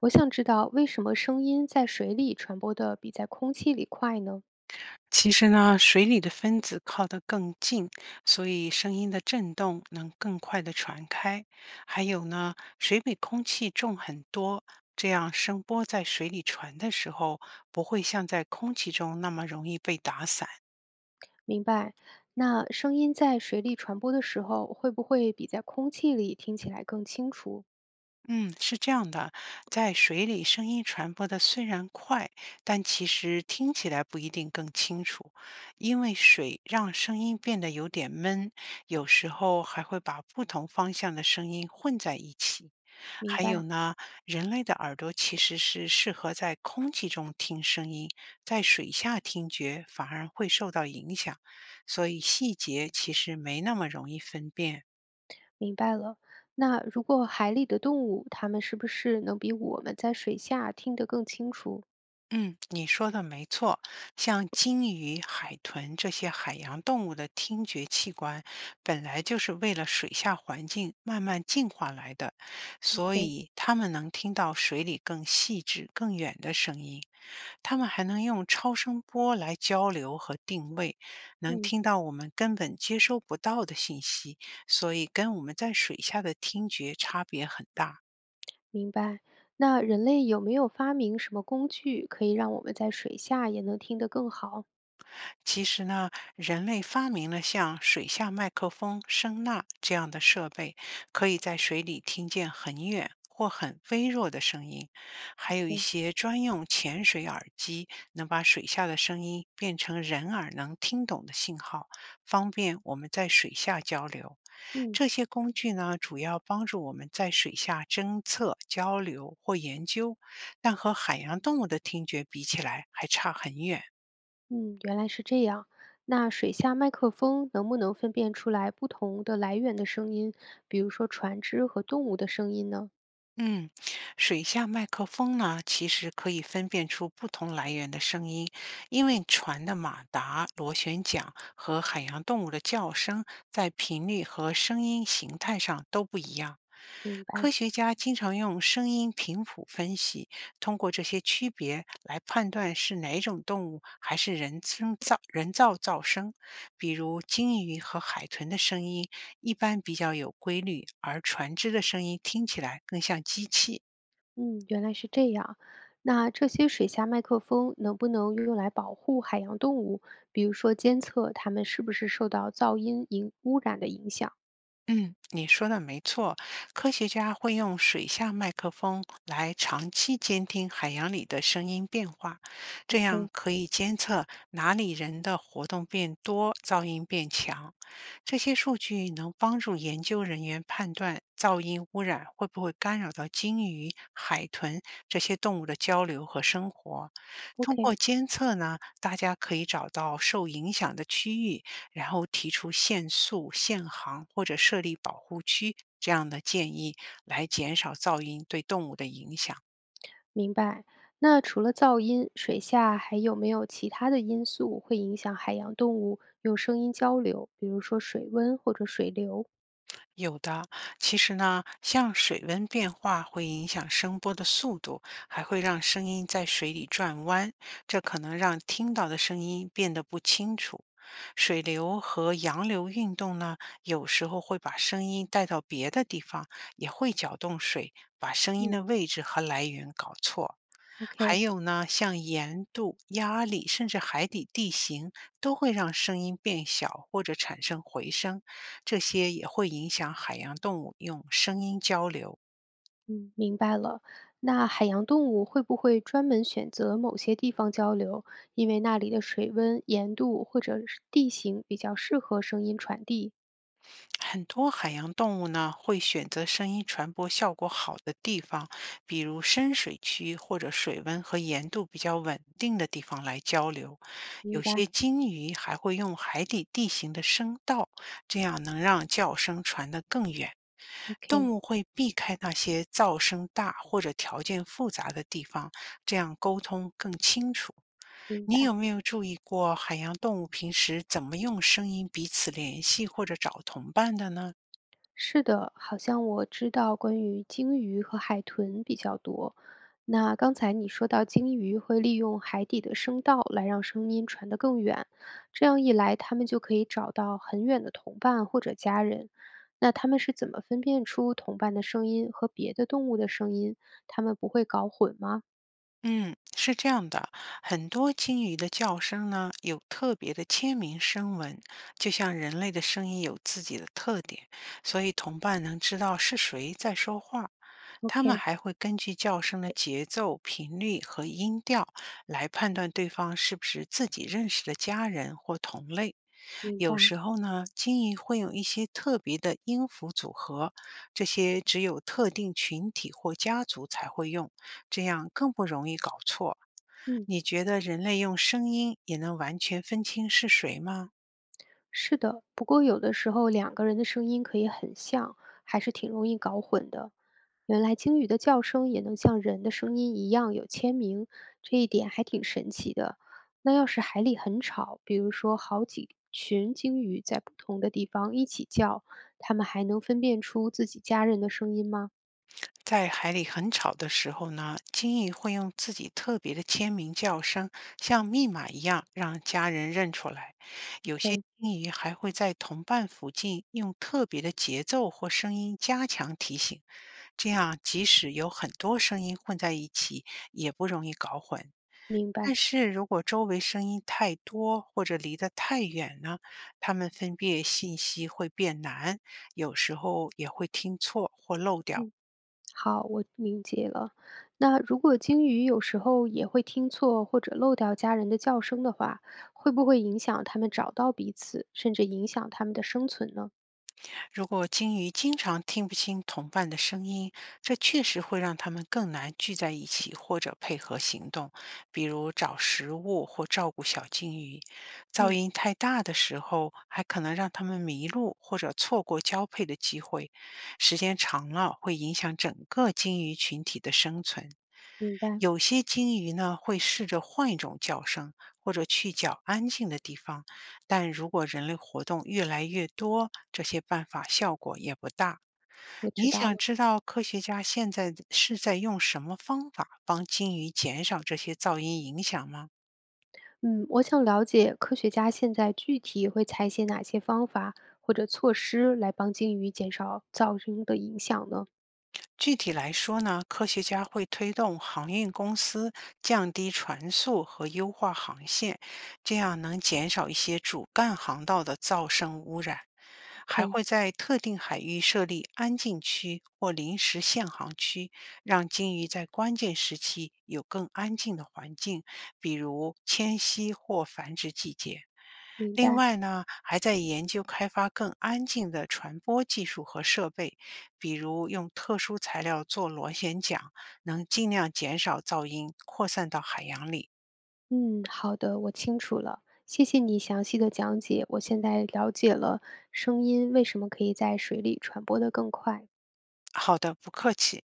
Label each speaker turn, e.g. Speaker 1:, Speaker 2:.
Speaker 1: 我想知道为什么声音在水里传播的比在空气里快呢？
Speaker 2: 其实呢，水里的分子靠得更近，所以声音的振动能更快地传开。还有呢，水比空气重很多，这样声波在水里传的时候，不会像在空气中那么容易被打散。
Speaker 1: 明白。那声音在水里传播的时候，会不会比在空气里听起来更清楚？
Speaker 2: 嗯，是这样的，在水里声音传播的虽然快，但其实听起来不一定更清楚，因为水让声音变得有点闷，有时候还会把不同方向的声音混在一起。
Speaker 1: 明
Speaker 2: 还有
Speaker 1: 白，
Speaker 2: 呢，人类的耳朵其实是适合在空气中听声音，在水下听觉反而会受到影响，所以细节其实没那么容易分辨。
Speaker 1: 明白了。那如果海里的动物，它们是不是能比我们在水下听得更清楚
Speaker 2: 嗯，你说的没错，像鲸鱼、海豚这些海洋动物的听觉器官，本来就是为了水下环境慢慢进化来的，所
Speaker 1: ？OK，
Speaker 2: 以它们能听到水里更细致、更远的声音。它们还能用超声波来交流和定位，能
Speaker 1: 嗯，
Speaker 2: 听到我们根本接收不到的信息，所以跟我们在水下的听觉差别很大。
Speaker 1: 明白。那人类有没有发明什么工具，可以让我们在水下也能听得更好
Speaker 2: 其实呢，人类发明了像水下麦克风、声呐这样的设备，可以在水里听见很远或很微弱的声音。还有一
Speaker 1: ？OK，
Speaker 2: 些专用潜水耳机，能把水下的声音变成人耳能听懂的信号，方便我们在水下交流。
Speaker 1: 嗯。
Speaker 2: 这些工具呢，主要帮助我们在水下侦测、交流或研究，但和海洋动物的听觉比起来还差很远。
Speaker 1: 嗯，原来是这样。那水下麦克风能不能分辨出来不同的来源的声音，比如说船只和动物的声音呢？
Speaker 2: 嗯，水下麦克风呢，其实可以分辨出不同来源的声音，因为船的马达、螺旋桨和海洋动物的叫声在频率和声音形态上都不一样。
Speaker 1: 明
Speaker 2: 科
Speaker 1: 白，
Speaker 2: 学家经常用声音频谱分析，通过这些区别来判断是哪种动物还是人造噪声。比如鲸鱼和海豚的声音一般比较有规律，而船只的声音听起来更像机器。
Speaker 1: 嗯，原来是这样。那这些水下麦克风能不能用来保护海洋动物，比如说监测它们是不是受到噪音影污染的影响
Speaker 2: 嗯，你说的没错，科学家会用水下麦克风来长期监听海洋里的声音变化，这样可以监测哪里人的活动变多，噪音变强。这些数据能帮助研究人员判断噪音污染会不会干扰到鲸鱼、海豚这些动物的交流和生活。通
Speaker 1: ？OK，OK，
Speaker 2: 过监测呢，大家可以找到受影响的区域，然后提出限速、限航或者设立保护区这样的建议，来减少噪音对动物的影响。
Speaker 1: 明白。那除了噪音，水下还有没有其他的因素会影响海洋动物用声音交流，比如说水温或者水流？
Speaker 2: 有的，其实呢，像水温变化会影响声波的速度，还会让声音在水里转弯，这可能让听到的声音变得不清楚。水流和洋流运动呢，有时候会把声音带到别的地方，也会搅动水，把声音的
Speaker 1: 嗯
Speaker 2: 位置和来源搞错。还
Speaker 1: ，OK，
Speaker 2: 有呢，像盐度、压力，甚至海底地形，都会让声音变小或者产生回声，这些也会影响海洋动物用声音交流。
Speaker 1: 嗯，明白了。那海洋动物会不会专门选择某些地方交流，因为那里的水温、盐度或者是地形比较适合声音传递？
Speaker 2: 很多海洋动物呢会选择声音传播效果好的地方，比如深水区或者水温和盐度比较稳定的地方来交流。
Speaker 1: 明
Speaker 2: 有些
Speaker 1: 白
Speaker 2: 鲸鱼还会用海底地形的声道，这样能让叫声传得更远。动
Speaker 1: ，OK，
Speaker 2: 物会避开那些噪声大或者条件复杂的地方，这样沟通更清楚。
Speaker 1: 明
Speaker 2: 你
Speaker 1: 白。
Speaker 2: 有没有注意过海洋动物平时怎么用声音彼此联系或者找同伴的呢？
Speaker 1: 是的，好像我知道关于鲸鱼和海豚比较多。那刚才你说到鲸鱼会利用海底的声道来让声音传得更远，这样一来，它们就可以找到很远的同伴或者家人。那它们是怎么分辨出同伴的声音和别的动物的声音？它们不会搞混吗
Speaker 2: 嗯，是这样的，很多鲸鱼的叫声呢有特别的签名声纹，就像人类的声音有自己的特点，所以同伴能知道是谁在说话。它们
Speaker 1: ？OK，
Speaker 2: 还会根据叫声的节奏、频率和音调来判断对方是不是自己认识的家人或同类。
Speaker 1: 明
Speaker 2: 有
Speaker 1: 白。
Speaker 2: 时候呢，鲸鱼会用一些特别的音符组合，这些只有特定群体或家族才会用，这样更不容易搞错。
Speaker 1: 嗯。
Speaker 2: 你觉得人类用声音也能完全分清是谁吗？
Speaker 1: 是的，不过有的时候两个人的声音可以很像，还是挺容易搞混的。原来鲸鱼的叫声也能像人的声音一样有签名，这一点还挺神奇的。那要是海里很吵，比如说好几群鲸鱼在不同的地方一起叫，它们还能分辨出自己家人的声音吗
Speaker 2: 在海里很吵的时候呢，鲸鱼会用自己特别的签名叫声，像密码一样让家人认出来。有些
Speaker 1: ？OK，
Speaker 2: 鲸鱼还会在同伴附近用特别的节奏或声音加强提醒，这样即使有很多声音混在一起，也不容易搞混。
Speaker 1: 明白。
Speaker 2: 但是如果周围声音太多或者离得太远呢，他们分辨信息会变难，有时候也会听错或漏掉。
Speaker 1: 嗯。好，我理解了。那如果鲸鱼有时候也会听错或者漏掉家人的叫声的话，会不会影响它们找到彼此，甚至影响它们的生存呢？
Speaker 2: 如果鲸鱼经常听不清同伴的声音，这确实会让它们更难聚在一起或者配合行动，比如找食物或照顾小鲸鱼。噪
Speaker 1: 嗯，
Speaker 2: 音太大的时候，还可能让它们迷路或者错过交配的机会。时间长了，会影响整个鲸鱼群体的生存。
Speaker 1: 明白，
Speaker 2: 有些鲸鱼呢会试着换一种叫声，或者去较安静的地方，但如果人类活动越来越多，这些办法效果也不大。
Speaker 1: 我知
Speaker 2: 你
Speaker 1: 道
Speaker 2: 想
Speaker 1: 了。
Speaker 2: 知道科学家现在是在用什么方法帮鲸鱼减少这些噪音影响吗？
Speaker 1: 嗯，我想了解科学家现在具体会采取哪些方法或者措施来帮鲸鱼减少噪声的影响呢
Speaker 2: 具体来说呢，科学家会推动航运公司降低船速和优化航线，这样能减少一些主干航道的噪声污染。还
Speaker 1: ？OK，
Speaker 2: 会在特定海域设立安静区或临时限航区，让鲸鱼在关键时期有更安静的环境，比如迁徙或繁殖季节。
Speaker 1: 明
Speaker 2: 另
Speaker 1: 白。
Speaker 2: 外呢，还在研究开发更安静的传播技术和设备，比如用特殊材料做螺旋桨，能尽量减少噪音扩散到海洋里。
Speaker 1: 嗯，好的，我清楚了，谢谢你详细的讲解，我现在了解了声音为什么可以在水里传播得更快。
Speaker 2: 好的，不客气。